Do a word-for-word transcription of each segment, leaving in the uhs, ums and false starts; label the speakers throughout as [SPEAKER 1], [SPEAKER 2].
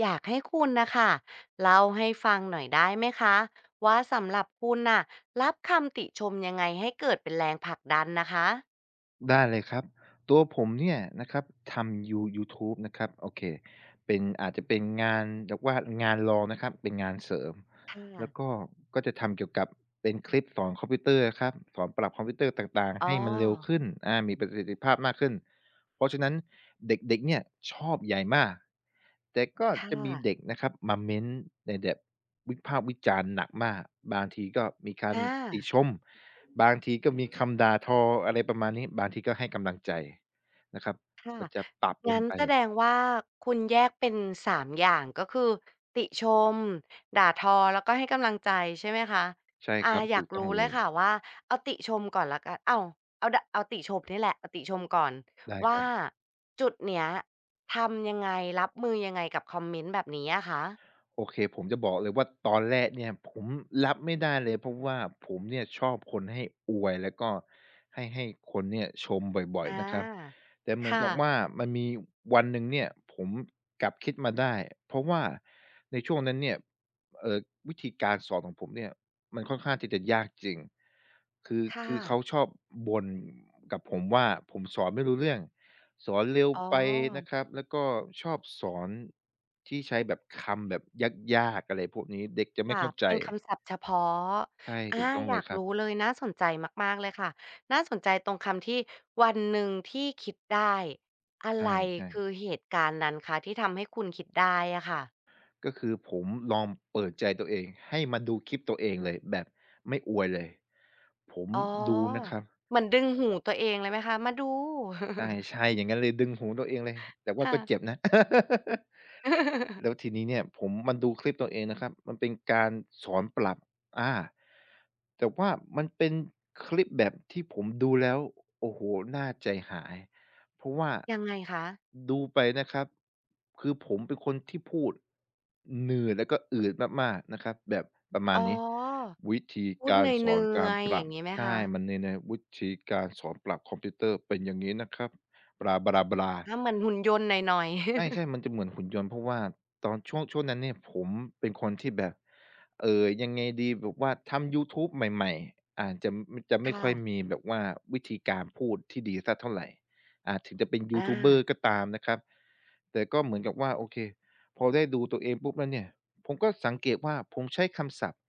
[SPEAKER 1] อยากให้คุณนะคะเล่าให้ฟังหน่อยได้ไหมคะว่าสำหรับคุณน่ะรับคำติชมยังไงให้เกิดเป็นแรงผลักดันนะคะ
[SPEAKER 2] ได้เลยครับตัวผมเนี่ยนะครับทำยูยูทูบนะครับโอเคเป็นอาจจะเป็นงานเรียกว่างานรองนะครับเป็นงานเสริม
[SPEAKER 1] ค่
[SPEAKER 2] แล้ว
[SPEAKER 1] ะ
[SPEAKER 2] ก็ก็จะทำเกี่ยวกับเป็นคลิปสอนคอมพิวเตอร์อะครับสอนปรับคอมพิวเตอร์ต่าง
[SPEAKER 1] อ๋
[SPEAKER 2] ๆ
[SPEAKER 1] อ
[SPEAKER 2] ให้มันเร็วขึ้นอามีประสิทธิภาพมากขึ้นเพราะฉะนั้นเด็กๆเนี่ยชอบใหญ่มากแต่ก็
[SPEAKER 1] ค่ะ
[SPEAKER 2] จะมีเด็กนะครับมาเม้นต์ในแบบวิพากษ์วิจารณ์หนักมากบางทีก็มีการ
[SPEAKER 1] อา
[SPEAKER 2] ติชม บางทีก็มีคำด่าทออะไรประมาณนี้บางทีก็ให้กำลังใจนะครับ
[SPEAKER 1] ค่ะ
[SPEAKER 2] มันจะปะปน
[SPEAKER 1] งั้น
[SPEAKER 2] ไป
[SPEAKER 1] แสดงว่าคุณแยกเป็นสามอย่างก็คือติชมด่าทอแล้วก็ให้กำลังใจใช่ไหมคะ
[SPEAKER 2] ใช่ค
[SPEAKER 1] อา
[SPEAKER 2] รับ
[SPEAKER 1] อยา
[SPEAKER 2] ถู
[SPEAKER 1] ก
[SPEAKER 2] กต้อง
[SPEAKER 1] รู้
[SPEAKER 2] เล
[SPEAKER 1] เลย
[SPEAKER 2] ย
[SPEAKER 1] ค่ะว่าเอาติชมก่อนแล้วกันอ้าวเอาดะเอาติชมนี่แหละเอาติชมก่อน
[SPEAKER 2] ได้ค
[SPEAKER 1] ว่า
[SPEAKER 2] รับ
[SPEAKER 1] จุดเนี้ยทำยังไงรับมือยังไงกับคอมเมนต์แบบนี้อะคะ
[SPEAKER 2] โอเคผมจะบอกเลยว่าตอนแรกเนี่ยผมรับไม่ได้เลยเพราะว่าผมเนี่ยชอบคนให้อวยแล้วก็ให้ให้คนเนี่ยชมบ่อย
[SPEAKER 1] อา
[SPEAKER 2] ๆนะครับแต่เหมือน
[SPEAKER 1] ค่ะ
[SPEAKER 2] กับว่ามันมีวันหนึ่งเนี่ยผมกลับคิดมาได้เพราะว่าในช่วงนั้นเนี่ยเอ่อวิธีการสอนของผมเนี่ยมันค่อนข้างที่จะยากจริงคือ
[SPEAKER 1] ค่ะ
[SPEAKER 2] คือเขาชอบบ่นกับผมว่าผมสอนไม่รู้เรื่อง สอนเร็ว
[SPEAKER 1] อ๋อ
[SPEAKER 2] ไปนะครับแล้วก็ชอบสอนที่ใช้แบบคำแบบยากๆอะไรพวกนี้เด็กจะไม่
[SPEAKER 1] ค่ะ
[SPEAKER 2] เข้าใจ
[SPEAKER 1] เป็นคำศัพท์เฉพาะ
[SPEAKER 2] ใช่
[SPEAKER 1] อา
[SPEAKER 2] ถูกต้อง
[SPEAKER 1] อ
[SPEAKER 2] เล
[SPEAKER 1] ยา
[SPEAKER 2] ย
[SPEAKER 1] ก
[SPEAKER 2] ครับ
[SPEAKER 1] รู้เลยน่าสนใจมากๆเลยค่ะน่าสนใจตรงคำที่วันหนึ่งที่คิดได้อะ
[SPEAKER 2] ใ
[SPEAKER 1] ไร
[SPEAKER 2] ช่
[SPEAKER 1] คือ
[SPEAKER 2] ๆ
[SPEAKER 1] เหตุการณ์นั้นคะที่ทำให้คุณคิดได้อะค่ะ
[SPEAKER 2] ก็คือผมลองเปิดใจตัวเองให้มาดูคลิปตัวเองเลยแบบไม่อวยเลยผม
[SPEAKER 1] อ๋อ
[SPEAKER 2] ดูนะครับ
[SPEAKER 1] เหมือนดึงหูตัวเองเลยไหมคะมาดู
[SPEAKER 2] ใ ช่ๆอย่างงั้นเลยดึงหูตัวเองเลย แต่ว่า
[SPEAKER 1] ค่ะ
[SPEAKER 2] ก็เจ็บนะ แล้ว ทีนี้เนี่ยผมมาดูคลิปตัวเองนะครับ มันเป็นการสอนปรับอาแต่ว่ามันเป็นคลิปแบบที่ผมดูแล้วโอ้โหน่าใจหาย เพราะว่า
[SPEAKER 1] ยังไงคะ
[SPEAKER 2] ดูไปนะครับคือผมเป็นคนที่พูดเหนื่อยแล้วก็อืดมากๆนะครับแบบประมา
[SPEAKER 1] อ๋อ
[SPEAKER 2] ณนี้วิธี
[SPEAKER 1] พูด
[SPEAKER 2] กา
[SPEAKER 1] เห
[SPEAKER 2] ร
[SPEAKER 1] นื
[SPEAKER 2] สอน
[SPEAKER 1] ่
[SPEAKER 2] กา
[SPEAKER 1] อ
[SPEAKER 2] ร
[SPEAKER 1] ย
[SPEAKER 2] ป
[SPEAKER 1] ๆอ
[SPEAKER 2] รั
[SPEAKER 1] ย่า
[SPEAKER 2] บ
[SPEAKER 1] งงี้ไหม
[SPEAKER 2] ใช่
[SPEAKER 1] คะ
[SPEAKER 2] มันเนี่ยนะวิธีการสอนปรับคอมพิวเตอร์เป็นอย่างงี้นะครับบลาๆ
[SPEAKER 1] อา
[SPEAKER 2] ๆ
[SPEAKER 1] เหมือนหุ่นยนต์หน่อย
[SPEAKER 2] ใช่ๆมั
[SPEAKER 1] ๆ
[SPEAKER 2] นจะเหมือนหุ่นยนต์เพราะว่าตอนช่วงช่วงนั้นเนี่ยผมเป็นคนที่แบบเอ่อยังไงดีแบบว่าทำยูทูบใหม่ๆอาจจะจะ ไม่ค่อย
[SPEAKER 1] ค่ะ
[SPEAKER 2] มีแบบว่าวิธีการพูดที่ดีสักเท่าไรอ่าถึงจะเป็นยู
[SPEAKER 1] อา
[SPEAKER 2] ทูบเบอร์ก็ตามนะครับแต่ก็เหมือนกับว่าโอเคพอได้ดูตัวเองปุ๊บแล้วเนี่ยผมก็สังเกตว่าผมใช้คำศัพท์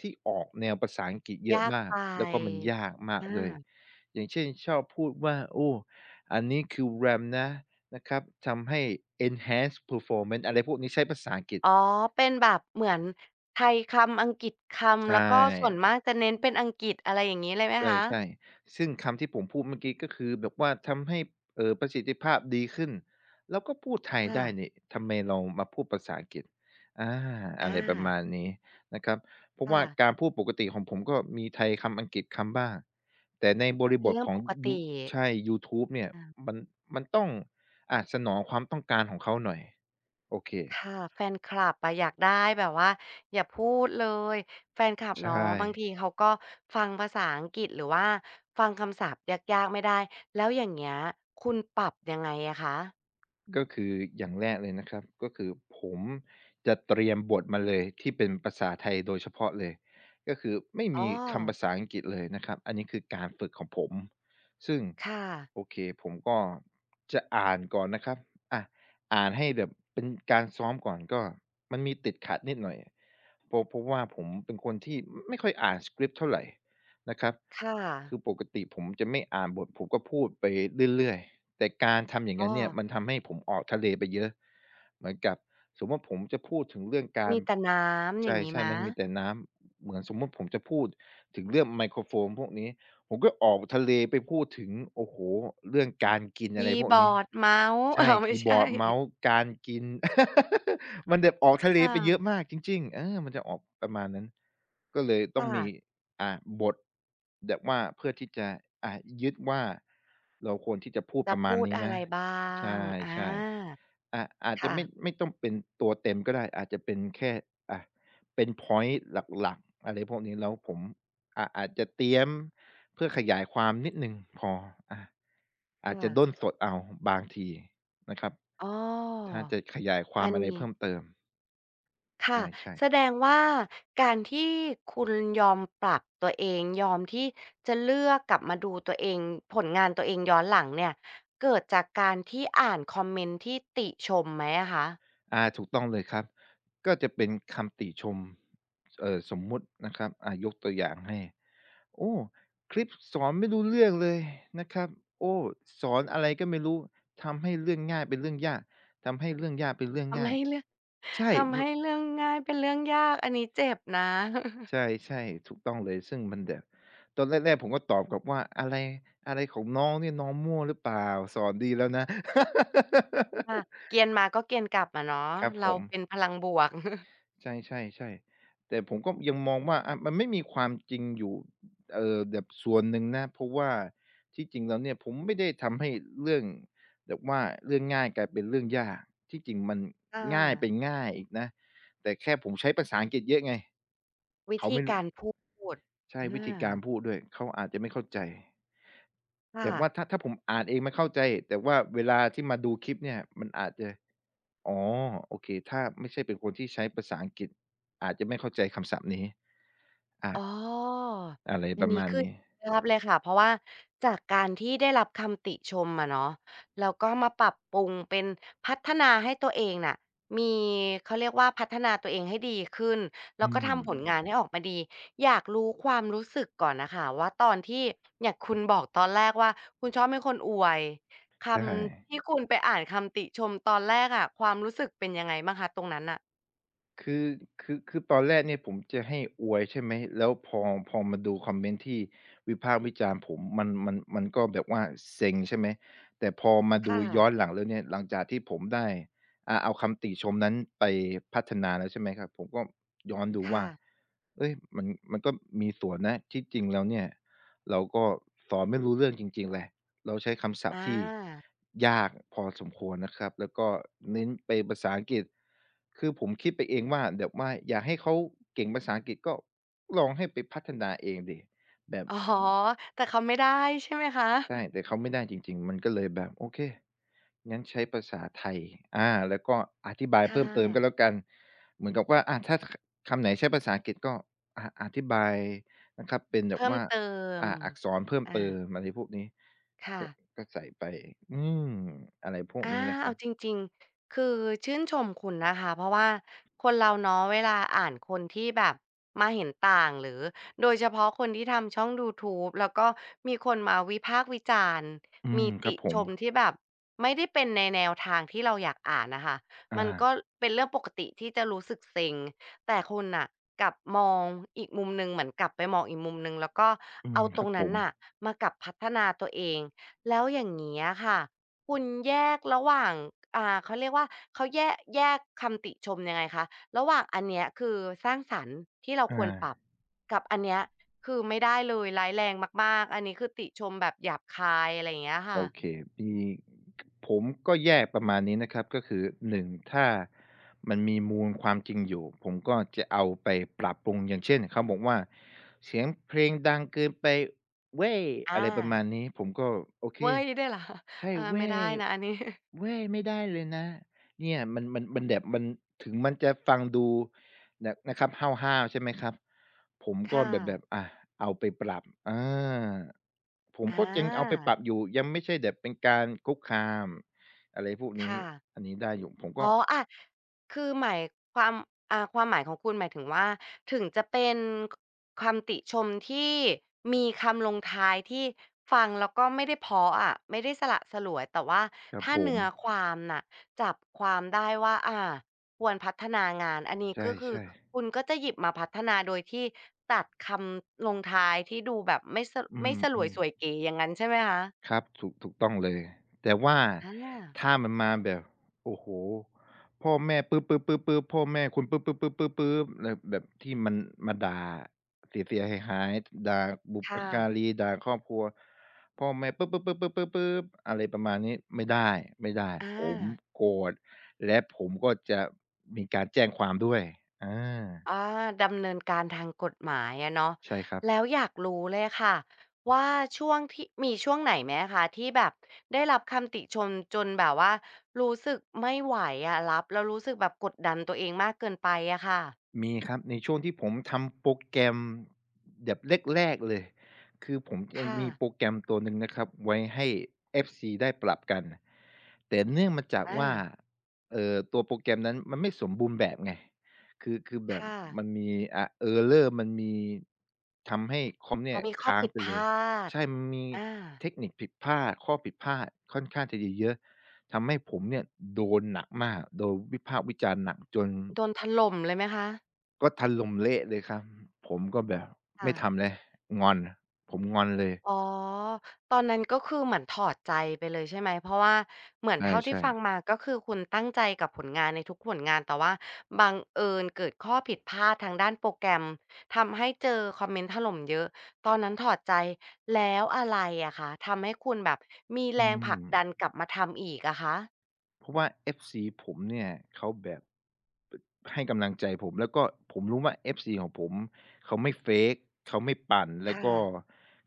[SPEAKER 2] ที่ออกแนวภาษาอังกฤษเยอะ
[SPEAKER 1] ยาก
[SPEAKER 2] มา
[SPEAKER 1] ไป
[SPEAKER 2] กแล้วก็มันยากมา
[SPEAKER 1] อ
[SPEAKER 2] กเลย
[SPEAKER 1] า
[SPEAKER 2] อย่างเช่นชอบพูดว่าโอ้อันนี้คือ RAM นะ นะครับทำให้ enhanced performance อะไรพวกนี้ใช้ภาษาอังกฤษ
[SPEAKER 1] อ๋อเป็นแบบเหมือนไทยคำอังกฤษค
[SPEAKER 2] ใช
[SPEAKER 1] ำแล้วก็ส่วน
[SPEAKER 2] ่
[SPEAKER 1] มากจะเน้นเป็นอังกฤษอะไรอย่างงี้เลยไหมคะ
[SPEAKER 2] ใช่ๆซึ่งคำที่ผมพูดเมื่อกี้ก็คือแบบว่าทำให้เอ่อประสิทธิภาพดีขึ้นเราก็พูดไทย
[SPEAKER 1] ค่ะ
[SPEAKER 2] ได้นี่ทำไมเรามาพูดภาษาอังกฤษอาอะไรประ
[SPEAKER 1] อา
[SPEAKER 2] มาณนี้นะครับเพราะ
[SPEAKER 1] ค่ะ
[SPEAKER 2] ว่าการพูดปกติของผมก็มีไทยคำอังกฤษคำบ้างแต่ในบริ
[SPEAKER 1] เป็
[SPEAKER 2] บ
[SPEAKER 1] น
[SPEAKER 2] ท
[SPEAKER 1] เรื่อง
[SPEAKER 2] ขอ
[SPEAKER 1] ป
[SPEAKER 2] ง
[SPEAKER 1] ก
[SPEAKER 2] ยุ
[SPEAKER 1] ติ
[SPEAKER 2] ใช่ยูทูบเนี่ย
[SPEAKER 1] อา
[SPEAKER 2] มันมันต้องอะสนองความต้องการของเขาหน่อยโอเค
[SPEAKER 1] ค่ะแฟนคลับอะอยากได้แบบว่าอย่าพูดเลย แฟนคลับ
[SPEAKER 2] ใช่
[SPEAKER 1] เนาะบางทีเขาก็ฟังภาษาอังกฤษหรือว่าฟังคำศัพท์ยากๆไม่ได้ แล้วอย่างเงี้ยคุณปรับยังไงอะคะ
[SPEAKER 2] ก็คืออย่างแรกเลยนะครับก็คือผมจะเตรียมบทมาเลยที่เป็นภาษาไทยโดยเฉพาะเลยก็คือไม่
[SPEAKER 1] อ๋อ
[SPEAKER 2] มีคำภาษาอังกฤษเลยนะครับอันนี้คือการฝึกของผมซึ่ง
[SPEAKER 1] ค่ะ
[SPEAKER 2] โอเคผมก็จะอ่านก่อนนะครับอ่ะอ่านให้แบบเป็นการซ้อมก่อนก็มันมีติดขัดนิดหน่อยเพราะเพราะว่าผมเป็นคนที่ไม่ค่อยอ่านสกริปต์เท่าไหร่ นะครับ
[SPEAKER 1] ค่ะ
[SPEAKER 2] คือปกติผมจะไม่อ่านบทผมก็พูดไปเรื่อยๆแต่การทำอย่าง
[SPEAKER 1] อ้
[SPEAKER 2] นั้น
[SPEAKER 1] อ
[SPEAKER 2] เนี่ยมันทำให้ผมออกทะเลไปเยอะเหมือนกับสมมุติผมจะพูดถึงเรื่องการ
[SPEAKER 1] มีแต่น้ำ
[SPEAKER 2] ใ
[SPEAKER 1] อย่างงี้ไห
[SPEAKER 2] ช่
[SPEAKER 1] ม
[SPEAKER 2] ๆมันมีแต่น้ำเหมือนสมมุติผมจะพูดถึงเรื่องไมโครโฟนพวกนี้ผมก็ออกทะเลไปพูดถึงโอ้โฮเรื่องการกินอะ
[SPEAKER 1] คี
[SPEAKER 2] ไรพ
[SPEAKER 1] ย์
[SPEAKER 2] ว
[SPEAKER 1] บ
[SPEAKER 2] ก
[SPEAKER 1] อ
[SPEAKER 2] นี้
[SPEAKER 1] ร์ดเมาส์
[SPEAKER 2] ใช่
[SPEAKER 1] อ้าวไม่
[SPEAKER 2] คีย์บ
[SPEAKER 1] ใช่
[SPEAKER 2] อร์ดเมาส์การกิน มันแบบออกทะ
[SPEAKER 1] ค
[SPEAKER 2] เลไปเยอะ
[SPEAKER 1] ่ะ
[SPEAKER 2] มากจริงๆเออมันจะออกประมาณนั้นก็เลยต้องมี
[SPEAKER 1] ค่ะ
[SPEAKER 2] อ่าบทแบบว่าเพื่อที่จะอ่ายึดว่าเราควรที่จะพูด
[SPEAKER 1] จะ
[SPEAKER 2] ประมาณ
[SPEAKER 1] พูด
[SPEAKER 2] นี้
[SPEAKER 1] อะไร
[SPEAKER 2] นะ
[SPEAKER 1] บ้าง
[SPEAKER 2] ใช่
[SPEAKER 1] อา
[SPEAKER 2] ใช่อ่าอาจจะ
[SPEAKER 1] ค่ะ
[SPEAKER 2] ไม่ไม่ต้องเป็นตัวเต็มก็ได้อาจจะเป็นแค่อ่าเป็นพ็อยต์หลักๆอะไรพวกนี้แล้วผมอ่าอาจจะเตรียมเพื่อขยายความนิดหนึ่งพออาอาจ
[SPEAKER 1] ค่ะ
[SPEAKER 2] จะด้นสดเอาบางทีนะครับ
[SPEAKER 1] อ้อ
[SPEAKER 2] ถ้าจะขยายควา
[SPEAKER 1] อั
[SPEAKER 2] ม
[SPEAKER 1] น
[SPEAKER 2] อะไร
[SPEAKER 1] นี้
[SPEAKER 2] เพิ่มเติม
[SPEAKER 1] ค่ะ
[SPEAKER 2] ใช่ใช่
[SPEAKER 1] แสดงว่าการที่คุณยอมปรับตัวเองยอมที่จะเลือกกลับมาดูตัวเองผลงานตัวเองย้อนหลังเนี่ยเกิดจากการที่อ่านคอมเมนต์ที่ติชมไหมอะคะ
[SPEAKER 2] อาถูกต้องเลยครับก็จะเป็นคำติชมเอ่อสมมุตินะครับอายกตัวอย่างให้โอ้คลิปสอนไม่รู้เรื่องเลยนะครับโอ้สอนอะไรก็ไม่รู้ทำให้เรื่องง่ายเป็นเรื่องยากทำให้เรื่องยากเป็นเรื่อง
[SPEAKER 1] ทำ
[SPEAKER 2] ง่าย
[SPEAKER 1] ให้เรื่อง
[SPEAKER 2] ใช่ ม
[SPEAKER 1] ทำให้เรื่องง่ายเป็นเรื่องยาก อันนี้เจ็บนะ
[SPEAKER 2] ใช่ๆถูกต้องเลยซึ่งมันแบบตอนแรกๆผมก็ตอบกลับว่าอะไรอะไรของน้องเนี่ยน้องมั่วหรือเปล่าสอนดีแล้วนะ
[SPEAKER 1] ค่ะเกรียนมาก็เกรียนกลับอะเนาะ
[SPEAKER 2] ครับผ
[SPEAKER 1] เรา
[SPEAKER 2] ม
[SPEAKER 1] เป็นพลังบวก
[SPEAKER 2] ใช่ๆๆแต่ผมก็ยังมองว่าอะมันไม่มีความจริงอยู่เอ่อแบบส่วนหนึ่งนะเพราะว่าที่จริงแล้วเนี่ยผมไม่ได้ทำให้เรื่องแบบว่าเรื่องง่ายกลายเป็นเรื่องยากที่จริงมัน
[SPEAKER 1] อา
[SPEAKER 2] ง่ายไปง่ายอีกนะแต่แค่ผมใช้ภาษาอังกฤษเยอะไง
[SPEAKER 1] วิ
[SPEAKER 2] เขา
[SPEAKER 1] ธี
[SPEAKER 2] ไม่
[SPEAKER 1] การพูด
[SPEAKER 2] ใช่วิ
[SPEAKER 1] อา
[SPEAKER 2] ธีการพูดด้วยเขาอาจจะไม่เข้าใจ
[SPEAKER 1] ค่ะ
[SPEAKER 2] แต่ว่าถ้าถ้าผมอ่านเองมันเข้าใจแต่ว่าเวลาที่มาดูคลิปเนี่ยมันอาจจะ อ๋อโอเคถ้าไม่ใช่เป็นคนที่ใช้ภาษาอังกฤษอาจจะไม่เข้าใจคำศัพท์นี้
[SPEAKER 1] อ๋อ
[SPEAKER 2] อาอะไร
[SPEAKER 1] อั
[SPEAKER 2] ป
[SPEAKER 1] น
[SPEAKER 2] ระ
[SPEAKER 1] นี้
[SPEAKER 2] มาณ
[SPEAKER 1] คือ
[SPEAKER 2] นี้
[SPEAKER 1] เห็นภาพเลย ค่ะเพราะว่าจากการที่ได้รับคำติชมอะเนาะแล้วก็มาปรับปรุงเป็นพัฒนาให้ตัวเองน่ะมีเขาเรียกว่าพัฒนาตัวเองให้ดีขึ้น แล้
[SPEAKER 2] อื
[SPEAKER 1] วก็
[SPEAKER 2] ม
[SPEAKER 1] ทำผลงานให้ออกมาดี อยากรู้ความรู้สึกก่อนน่ะค่ะว่าตอนที่อย่างคุณบอกตอนแรกว่าคุณชอบเป็นคนอวยค
[SPEAKER 2] ใช่
[SPEAKER 1] ำที่คุณไปอ่านคำติชมตอนแรกอะความรู้สึกเป็นยังไงบ้างคะตรงนั้นน่ะ
[SPEAKER 2] คือคือคือตอนแรกเนี่ยผมจะให้อวยใช่ไหมแล้วพอพอมาดูคอมเมนต์ที่วิพากษ์วิจารณ์ผมมันมันมันก็แบบว่าเซ็งใช่ไหมแต่พอมาดู
[SPEAKER 1] ค่ะ
[SPEAKER 2] ย้อนหลังแล้วเนี่ยหลังจากที่ผมได้อ่าเอาคำติชมนั้นไปพัฒนาแล้วใช่ไหมครับผมก็ย้อนดู
[SPEAKER 1] ค่ะ
[SPEAKER 2] ว่าเฮ้ยมันมันก็มีส่วนนะที่จริงแล้วเนี่ยเราก็สอนไม่รู้เรื่องจริงๆแหละ เราใช้คำศัพท์
[SPEAKER 1] อา
[SPEAKER 2] ที่ยากพอสมควรนะครับแล้วก็เน้นไปภาษาอังกฤษคือผมคิดไปเองว่าเดี๋ยวว่าอยากให้เขาเก่งภาษาอังกฤษก็ลองให้ไปพัฒนาเองดิแบบ
[SPEAKER 1] อ๋อ แต่เขาไม่ได้ใช่ไหมคะ
[SPEAKER 2] ใช่แต่เขาไม่ได้จริงๆมันก็เลยแบบโอเคงั้นใช้ภาษาไทยอาแล้วก็อธิบาย
[SPEAKER 1] ค่ะ
[SPEAKER 2] เพิ่มเติมก็แล้วกันเหมือนกับว่าอาถ้าคคำไหนใช้ภาษาอังกฤษก็อาอธิบายนะครับเป็นแบบ
[SPEAKER 1] เพิ่ม
[SPEAKER 2] ว่า
[SPEAKER 1] เติม
[SPEAKER 2] อ่าอักษรเพิ่ม
[SPEAKER 1] อา
[SPEAKER 2] เติมอะไรพวกนี้
[SPEAKER 1] ค่ะ
[SPEAKER 2] ก็ก็ใส่ไปอืมอะไรพวก
[SPEAKER 1] อา
[SPEAKER 2] นี้นะค
[SPEAKER 1] เอา
[SPEAKER 2] รั
[SPEAKER 1] จ
[SPEAKER 2] บ
[SPEAKER 1] ริงๆคือชื่นชมคุณนะคะเพราะว่าคนเราเนาะเวลาอ่านคนที่แบบมาเห็นต่างหรือโดยเฉพาะคนที่ทำช่องยูทูบแล้วก็มีคนมาวิพากษ์วิจารณ์
[SPEAKER 2] อื
[SPEAKER 1] มี
[SPEAKER 2] มครั
[SPEAKER 1] ติ
[SPEAKER 2] บผ
[SPEAKER 1] ช
[SPEAKER 2] ม
[SPEAKER 1] มที่แบบไม่ได้เป็นในแนวทางที่เราอยากอ่านน่ะค่ะมั
[SPEAKER 2] อา
[SPEAKER 1] นก็เป็นเรื่องปกติที่จะรู้สึกเซ็งแต่คุณน่ะกลับมองอีกมุมหนึ่งเหมือนกลับไปมองอีกมุมหนึ่งแล้วก็
[SPEAKER 2] อืม
[SPEAKER 1] เอาต
[SPEAKER 2] ค
[SPEAKER 1] ร
[SPEAKER 2] รั
[SPEAKER 1] ง
[SPEAKER 2] บผ
[SPEAKER 1] นั้น
[SPEAKER 2] ม
[SPEAKER 1] น่ะมากลับพัฒนาตัวเองแล้วอย่างเงี้ยค่ะ คุณแยกระหว่างอ่าเขาเรียกว่าเขาแยกแยกคำติชมยังไงคะระหว่างอันเนี้ยคือสร้างสรรค์ที่เราค
[SPEAKER 2] อา
[SPEAKER 1] วรปรับกับอันเนี้ยคือไม่ได้เลยร้ายแรงมากๆ อันนี้คือติชมแบบหยาบคายอะไรอย่างเงี้ย
[SPEAKER 2] โอ
[SPEAKER 1] ค่ะ
[SPEAKER 2] เคมีผมก็แยกประมาณนี้นะครับก็คือหนึ่งถ้ามันมีมูลความจริงอยู่ผมก็จะเอาไปปรับปรุงอย่างเช่นเขาบอกว่าเสียงเพลงดังเกินไปเว้ยอะ
[SPEAKER 1] อา
[SPEAKER 2] ไรประมาณนี้ผมก็โอเค
[SPEAKER 1] เว้ยด้วยเหรอคะ
[SPEAKER 2] ใช่
[SPEAKER 1] อาไม่
[SPEAKER 2] แว่
[SPEAKER 1] ได้นะอันนี้
[SPEAKER 2] แว่ไม่ได้เลยนะเนี่ยมันมันมันแบบมันถึงมันจะฟังดูนะนะครับห้าวๆใช่ไหมครับผมก็
[SPEAKER 1] ค่ะ
[SPEAKER 2] แบบแบบอะเอาไปปรับอาผม
[SPEAKER 1] อ
[SPEAKER 2] ก็ยังเอาไปปรับ
[SPEAKER 1] า
[SPEAKER 2] อยู่ยังไม่ใช่แบบเป็นการคุกคามอะไรพวกนี้
[SPEAKER 1] ค่ะ
[SPEAKER 2] อันนี้ได้อยู่ผม
[SPEAKER 1] อ๋อ
[SPEAKER 2] ก็
[SPEAKER 1] อะคือหมายความอ่าความหมายของคุณหมายถึงว่าถึงจะเป็นคคำติชมที่มีคำลงท้ายที่ฟังแล้วก็ไม่ได้เพราะอะไม่ได้สละสลวยแต่ว่า
[SPEAKER 2] ครับ
[SPEAKER 1] ถ้า
[SPEAKER 2] ผม
[SPEAKER 1] เนื้อความน่ะจับความได้ว่าอาควรพัฒนางานอันนี้
[SPEAKER 2] ใช
[SPEAKER 1] ก็คือ
[SPEAKER 2] ่ๆ
[SPEAKER 1] คุณก็จะหยิบมาพัฒนาโดยที่ตัดคำลงท้ายที่ดูแบบไม่ส
[SPEAKER 2] อื
[SPEAKER 1] ไม่สลวย
[SPEAKER 2] ม
[SPEAKER 1] สวย
[SPEAKER 2] ๆ
[SPEAKER 1] เก๋อย่างงั้นใช่ไหมคะ
[SPEAKER 2] ครับถูกถูกต้องเลยแต่ว่า
[SPEAKER 1] อา
[SPEAKER 2] ถ้ามันมาแบบโอ้โฮพ่อแม่ปื๊ดๆๆๆพ่อแม่คุณปื๊ดๆๆๆๆแบบแบบที่มันมาด่าเสียๆหายๆด่าบุพ
[SPEAKER 1] ค่ะ
[SPEAKER 2] การีด่าครอบครัวพ่อแม่ปื๊ดๆๆๆๆอะไรประมาณนี้ไม่ได้ไม่ได้
[SPEAKER 1] อ
[SPEAKER 2] ผม
[SPEAKER 1] า
[SPEAKER 2] โกรธและผมก็จะมีการแจ้งความด้วยอา
[SPEAKER 1] อ่าดำเนินการทางกฎหมายอะเนาะ
[SPEAKER 2] ใช่ครับ
[SPEAKER 1] แล้วอยากรู้เลยค่ะว่าช่วงที่มีช่วงไหนไหมคะที่แบบได้รับคำติชมจนแบบว่ารู้สึกไม่ไหวอะรับแล้วรู้สึกแบบกดดันตัวเองมากเกินไปอะค่ะ
[SPEAKER 2] มีครับในช่วงที่ผมทำโปรแกรมแบบแรกๆเลยคือผมจะ
[SPEAKER 1] ค่ะ
[SPEAKER 2] มีโปรแกรมตัวหนึ่งนะครับไว้ให้ เอฟ ซี ได้ปรับกันแต่เนื่องมาจาก
[SPEAKER 1] อา
[SPEAKER 2] ว่าเอ่อตัวโปรแกรมนั้นมันไม่สมบูรณ์แบบไงคือคือแบบ
[SPEAKER 1] ค่ะ
[SPEAKER 2] มันมีอ่า Error มันมีทำให้คอมเนี่
[SPEAKER 1] เรา
[SPEAKER 2] ย
[SPEAKER 1] มีข้อ
[SPEAKER 2] ค้าง
[SPEAKER 1] ผิด
[SPEAKER 2] ไป
[SPEAKER 1] พ
[SPEAKER 2] เล
[SPEAKER 1] ล
[SPEAKER 2] ย
[SPEAKER 1] าด
[SPEAKER 2] ใช่มันมี
[SPEAKER 1] อา
[SPEAKER 2] เทคนิคผิดพลาดข้อผิดพลาดค่อนข้างจะเยอะๆทำให้ผมเนี่ยโดนหนักมากโดนวิพากษ์วิจารณ์หนักจน
[SPEAKER 1] โดนถล่มเลยไหมคะ
[SPEAKER 2] ก็ถล่มเละเลยครับผมก็แบบ
[SPEAKER 1] ค่ะ
[SPEAKER 2] ไม่ทำแล้วงอนผมงอนเลย
[SPEAKER 1] อ๋อตอนนั้นก็คือเหมือนถอดใจไปเลยใช่ไหมเพราะว่าเหมือนเท่าที่
[SPEAKER 2] ใช่
[SPEAKER 1] ฟัง
[SPEAKER 2] ๆ
[SPEAKER 1] มาก็คือคุณตั้งใจกับผลงานในทุกผลงาน แต่ว่าบังเอิญเกิดข้อผิดพลาดทางด้านโปรแกรมทำให้เจอคอมเมนต์ถล่มเยอะตอนนั้นถอดใจแล้วอะไรอะคะทำให้คุณแบบมีแร
[SPEAKER 2] อื
[SPEAKER 1] งผ
[SPEAKER 2] ม
[SPEAKER 1] ลักดันกลับมาทำอีกอะคะ
[SPEAKER 2] เพราะว่า เอฟ ซี ผมเนี่ยเขาแบบ ให้กำลังใจผมแล้วก็ผมรู้ว่า เอฟ ซี ของผมเขาไม่ fake เขาไม่ปั่นแล้ว
[SPEAKER 1] ค่ะ
[SPEAKER 2] ก็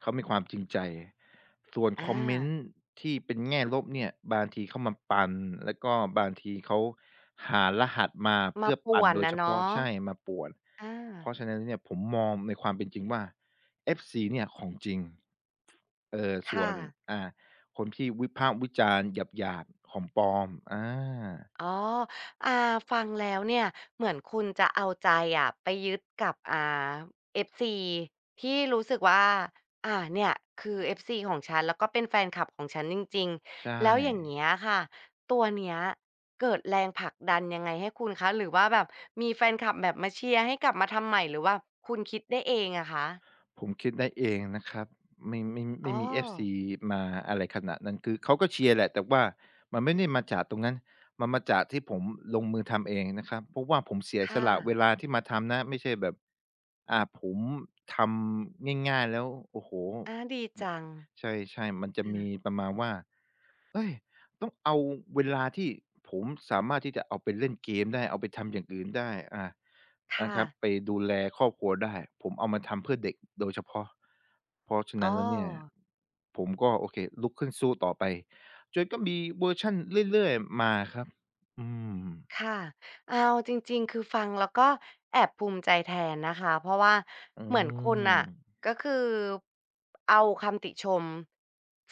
[SPEAKER 2] เขามีความจริงใจส่วน
[SPEAKER 1] อ
[SPEAKER 2] คอมเมน
[SPEAKER 1] า
[SPEAKER 2] ต์ที่เป็นแง่ลบเนี่ยบางทีเขามาปั่นแล้วก็บางทีเขาหารหัสมา
[SPEAKER 1] มา
[SPEAKER 2] เพื่อ
[SPEAKER 1] ป่ว
[SPEAKER 2] ปั่น
[SPEAKER 1] น
[SPEAKER 2] โดย
[SPEAKER 1] นะ
[SPEAKER 2] เฉพาะ
[SPEAKER 1] เนาะ
[SPEAKER 2] ใช่มาป่วน
[SPEAKER 1] อา
[SPEAKER 2] เพราะฉะนั้นเนี่ยผมมองในความเป็นจริงว่า เอฟ ซี เนี่ยของจริงเอ่อส่ว
[SPEAKER 1] ค่ะ
[SPEAKER 2] นอ่าคนที่วิพากษ์วิจารณ์หยาบๆของปลอมอา
[SPEAKER 1] อ๋ออ่าฟังแล้วเนี่ยเหมือนคุณจะเอาใจอะไปยึดกับอ่า เอฟ ซี ที่รู้สึกว่าอ่าเนี่ยคือ เอฟ ซี ของฉันแล้วก็เป็นแฟนคลับของฉันจริง
[SPEAKER 2] ใช่
[SPEAKER 1] ๆแล้วอย่างเงี้ยค่ะตัวเนี้ยเกิดแรงผลักดันยังไงให้คุณคะหรือว่าแบบมีแฟนคลับแบบมาเชียร์ให้กลับมาทำใหม่หรือว่าคุณคิดได้เองอะคะ
[SPEAKER 2] ผมคิดได้เองนะครับไม่ไม่ไม่
[SPEAKER 1] อ๋อ
[SPEAKER 2] มีเอฟซีมาอะไรขนาดนั้นคือเขาก็เชียร์แหละแต่ว่ามันไม่ได้มาจากตรงนั้นมันมาจากที่ผมลงมือทำเองนะครับเพราะว่าผมเสียส
[SPEAKER 1] ค่ะ
[SPEAKER 2] ละเวลาที่มาทำนะไม่ใช่แบบอ่าผมทำง่ายๆแล้วโอ้โฮ
[SPEAKER 1] อา
[SPEAKER 2] ด
[SPEAKER 1] ดีจัง
[SPEAKER 2] ใช่ๆมันจะมี
[SPEAKER 1] อา
[SPEAKER 2] ประมาณว่า เฮ้ยต้องเอาเวลาที่ผมสามารถที่จะเอาไปเล่นเกมได้เอาไปทำอย่างอื่นได้อานะ
[SPEAKER 1] ค่ะ
[SPEAKER 2] ครับไปดูแลครอบครัวได้ผมเอามาทำเพื่อเด็กโดยเฉพาะเพราะฉะ
[SPEAKER 1] อ้อ
[SPEAKER 2] นั้นแล้วเนี่ยผมก็โอเคลุกขึ้นสู้ต่อไปจนก็มีเวอร์ชันเรื่อยๆมาครับอืม
[SPEAKER 1] ค่ะเอาจริงๆ คือฟังแล้วก็แอบภูมิใจแทนนะคะ เพราะว่า
[SPEAKER 2] อื
[SPEAKER 1] เหมือนคุณน่ะ
[SPEAKER 2] ม
[SPEAKER 1] ก็คือเอาคำติชม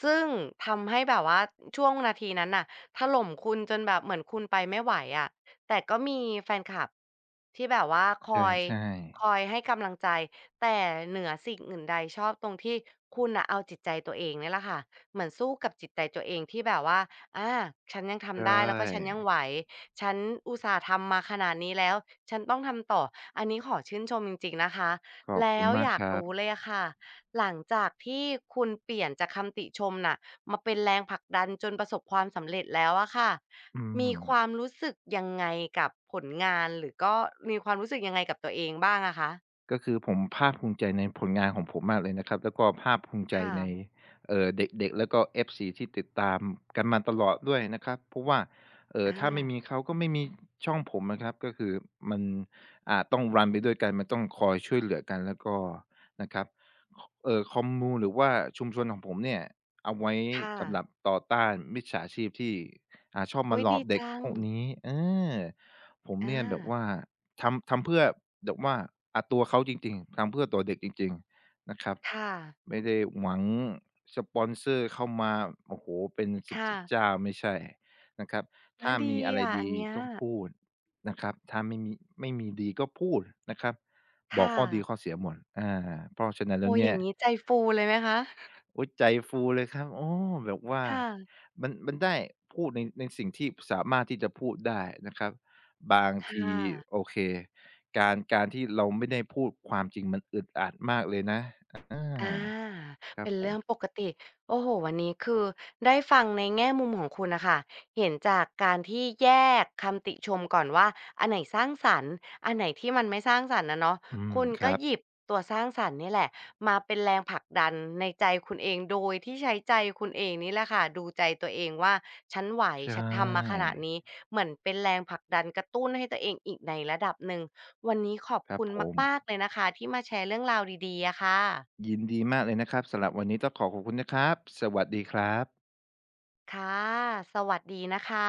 [SPEAKER 1] ซึ่งทำให้แบบว่าช่วงนาทีนั้นน่ะถล่มคุณจนแบบเหมือนคุณไปไม่ไหวอะแต่ก็มีแฟนคลับที่แบบว่าค
[SPEAKER 2] ใ
[SPEAKER 1] อย
[SPEAKER 2] ช่
[SPEAKER 1] คอ
[SPEAKER 2] ๆ
[SPEAKER 1] ยให้กำลังใจแต่เหนือสิ่งอื่นใดชอบตรงที่คุณน่ะเอาจิตใจตัวเองเนี่ยแหละค่ะเหมือนสู้กับจิตใจตัวเองที่แบบว่าอาฉันยัง
[SPEAKER 2] ใช
[SPEAKER 1] ทำได้แล้วก็ฉันยั
[SPEAKER 2] ่
[SPEAKER 1] งไหว ฉันอุตส่าห์ทำมาขนาดนี้แล้ว ฉันต้องทำต่ออันนี้ขอชื่นชมจริงๆนะคะ
[SPEAKER 2] ขอบ
[SPEAKER 1] แล้
[SPEAKER 2] คุณ
[SPEAKER 1] ว
[SPEAKER 2] มา
[SPEAKER 1] อ
[SPEAKER 2] ก
[SPEAKER 1] ยา
[SPEAKER 2] ค
[SPEAKER 1] ก
[SPEAKER 2] รับ
[SPEAKER 1] รู้เลยอะค่ะ หลังจากที่คุณเปลี่ยนจากคำติชมน่ะมาเป็นแรงผลักดันจนประสบความสำเร็จแล้วอะค่ะ
[SPEAKER 2] อื
[SPEAKER 1] มี
[SPEAKER 2] ม
[SPEAKER 1] ความรู้สึกยังไงกับผลงาน หรือก็มีความรู้สึกยังไงกับตัวเองบ้างอะคะ
[SPEAKER 2] ก็คือผมภาคภูมิใจในผลงานของผมมากเลยนะครับแล้วก็ภาคภูมิใจ
[SPEAKER 1] ค่ะ
[SPEAKER 2] ในเอ่อเด็กๆแล้วก็ เอฟ ซี ที่ติดตามกันมาตลอดด้วยนะครับเพราะว่าเอ่อ
[SPEAKER 1] อา
[SPEAKER 2] ถ้าไม่มีเขาก็ไม่มีช่องผมนะครับก็คือมันอ่าต้องรันไปด้วยกันมันต้องคอยช่วยเหลือกันแล้วก็นะครับคเอ่อคอมมูหรือว่าชุมชนของผมเนี่ยเอาไว้
[SPEAKER 1] ค่ะ
[SPEAKER 2] สำหรับต่อต้านมิจฉาชีพที่อ่าชอบ
[SPEAKER 1] โอ๊
[SPEAKER 2] มา
[SPEAKER 1] ย
[SPEAKER 2] หลอ
[SPEAKER 1] ดี
[SPEAKER 2] กเด็ก
[SPEAKER 1] จัง
[SPEAKER 2] พวกนี้เออผม
[SPEAKER 1] อา
[SPEAKER 2] เนี่ยแบบว่า ทำทำเพื่อแบบว่าอ่าตัวเขาจริงๆ ทำเพื่อตัวเด็กจริงๆนะครับ
[SPEAKER 1] ค่ะ
[SPEAKER 2] ไม่ได้หวังสปอนเซอร์เข้ามาโอ้โฮเป็น
[SPEAKER 1] ค่ะ
[SPEAKER 2] สิบๆเจ้าไม่ใช่นะครับ
[SPEAKER 1] อา
[SPEAKER 2] ถ้า
[SPEAKER 1] ดี
[SPEAKER 2] มีอะไร
[SPEAKER 1] อะอัน
[SPEAKER 2] ดี
[SPEAKER 1] เนี้ย
[SPEAKER 2] ก็พูดนะครับถ้าไม่มีไม่มีดีก็พูดนะครับบอก
[SPEAKER 1] ค่ะ
[SPEAKER 2] ข้อดีข้อเสียหมดอาเพราะฉะนั้น
[SPEAKER 1] โอ้
[SPEAKER 2] แล้ว
[SPEAKER 1] โฮอ
[SPEAKER 2] เนี่
[SPEAKER 1] ย่า
[SPEAKER 2] ย
[SPEAKER 1] งงี้ใจฟูเลยไหมคะ
[SPEAKER 2] โอ๊ยใจฟูเลยครับโอ้แบบว่า
[SPEAKER 1] ค่ะ
[SPEAKER 2] มันมันได้พูดในในสิ่งที่สามารถที่จะพูดได้นะครับบาง
[SPEAKER 1] ค่
[SPEAKER 2] ที
[SPEAKER 1] ะ
[SPEAKER 2] โอเคการการที่เราไม่ได้พูดความจริงมันอึดอัดมากเลยนะอา
[SPEAKER 1] อา
[SPEAKER 2] ครั
[SPEAKER 1] เป็
[SPEAKER 2] บ
[SPEAKER 1] น
[SPEAKER 2] ผ
[SPEAKER 1] เรื่
[SPEAKER 2] ม
[SPEAKER 1] องปกติโอ้โฮวันนี้คือได้ฟังในแง่มุมของคุณน่ะค่ะเห็นจากการที่แยกคำติชมก่อนว่าอันไหนสร้างสรรค์อันไหนที่มันไม่สร้างสรรค์อะเนาะ
[SPEAKER 2] อืม
[SPEAKER 1] คุณ
[SPEAKER 2] ค
[SPEAKER 1] ก็
[SPEAKER 2] รับ
[SPEAKER 1] หยิบตัวสร้างสรรค์นี่แหละมาเป็นแรงผลักดันในใจคุณเองโดยที่ใช้ใจคุณเองนี่แหละค่ะดูใจตัวเองว่าฉันไหว
[SPEAKER 2] ใช่
[SPEAKER 1] ฉันทำมาขนาดนี้เหมือนเป็นแรงผลักดันกระตุ้นให้ตัวเองอีกในระดับหนึ่งวันนี้ขอบ
[SPEAKER 2] ครับ
[SPEAKER 1] คุณ
[SPEAKER 2] ผม
[SPEAKER 1] มากๆเลยนะคะที่มาแชร์เรื่องราวดีๆอะค่ะ
[SPEAKER 2] ยินดีมากเลยนะครับสำหรับวันนี้ต้องขอขอบคุณนะครับสวัสดีครับ
[SPEAKER 1] ค่ะ สวัสดีนะคะ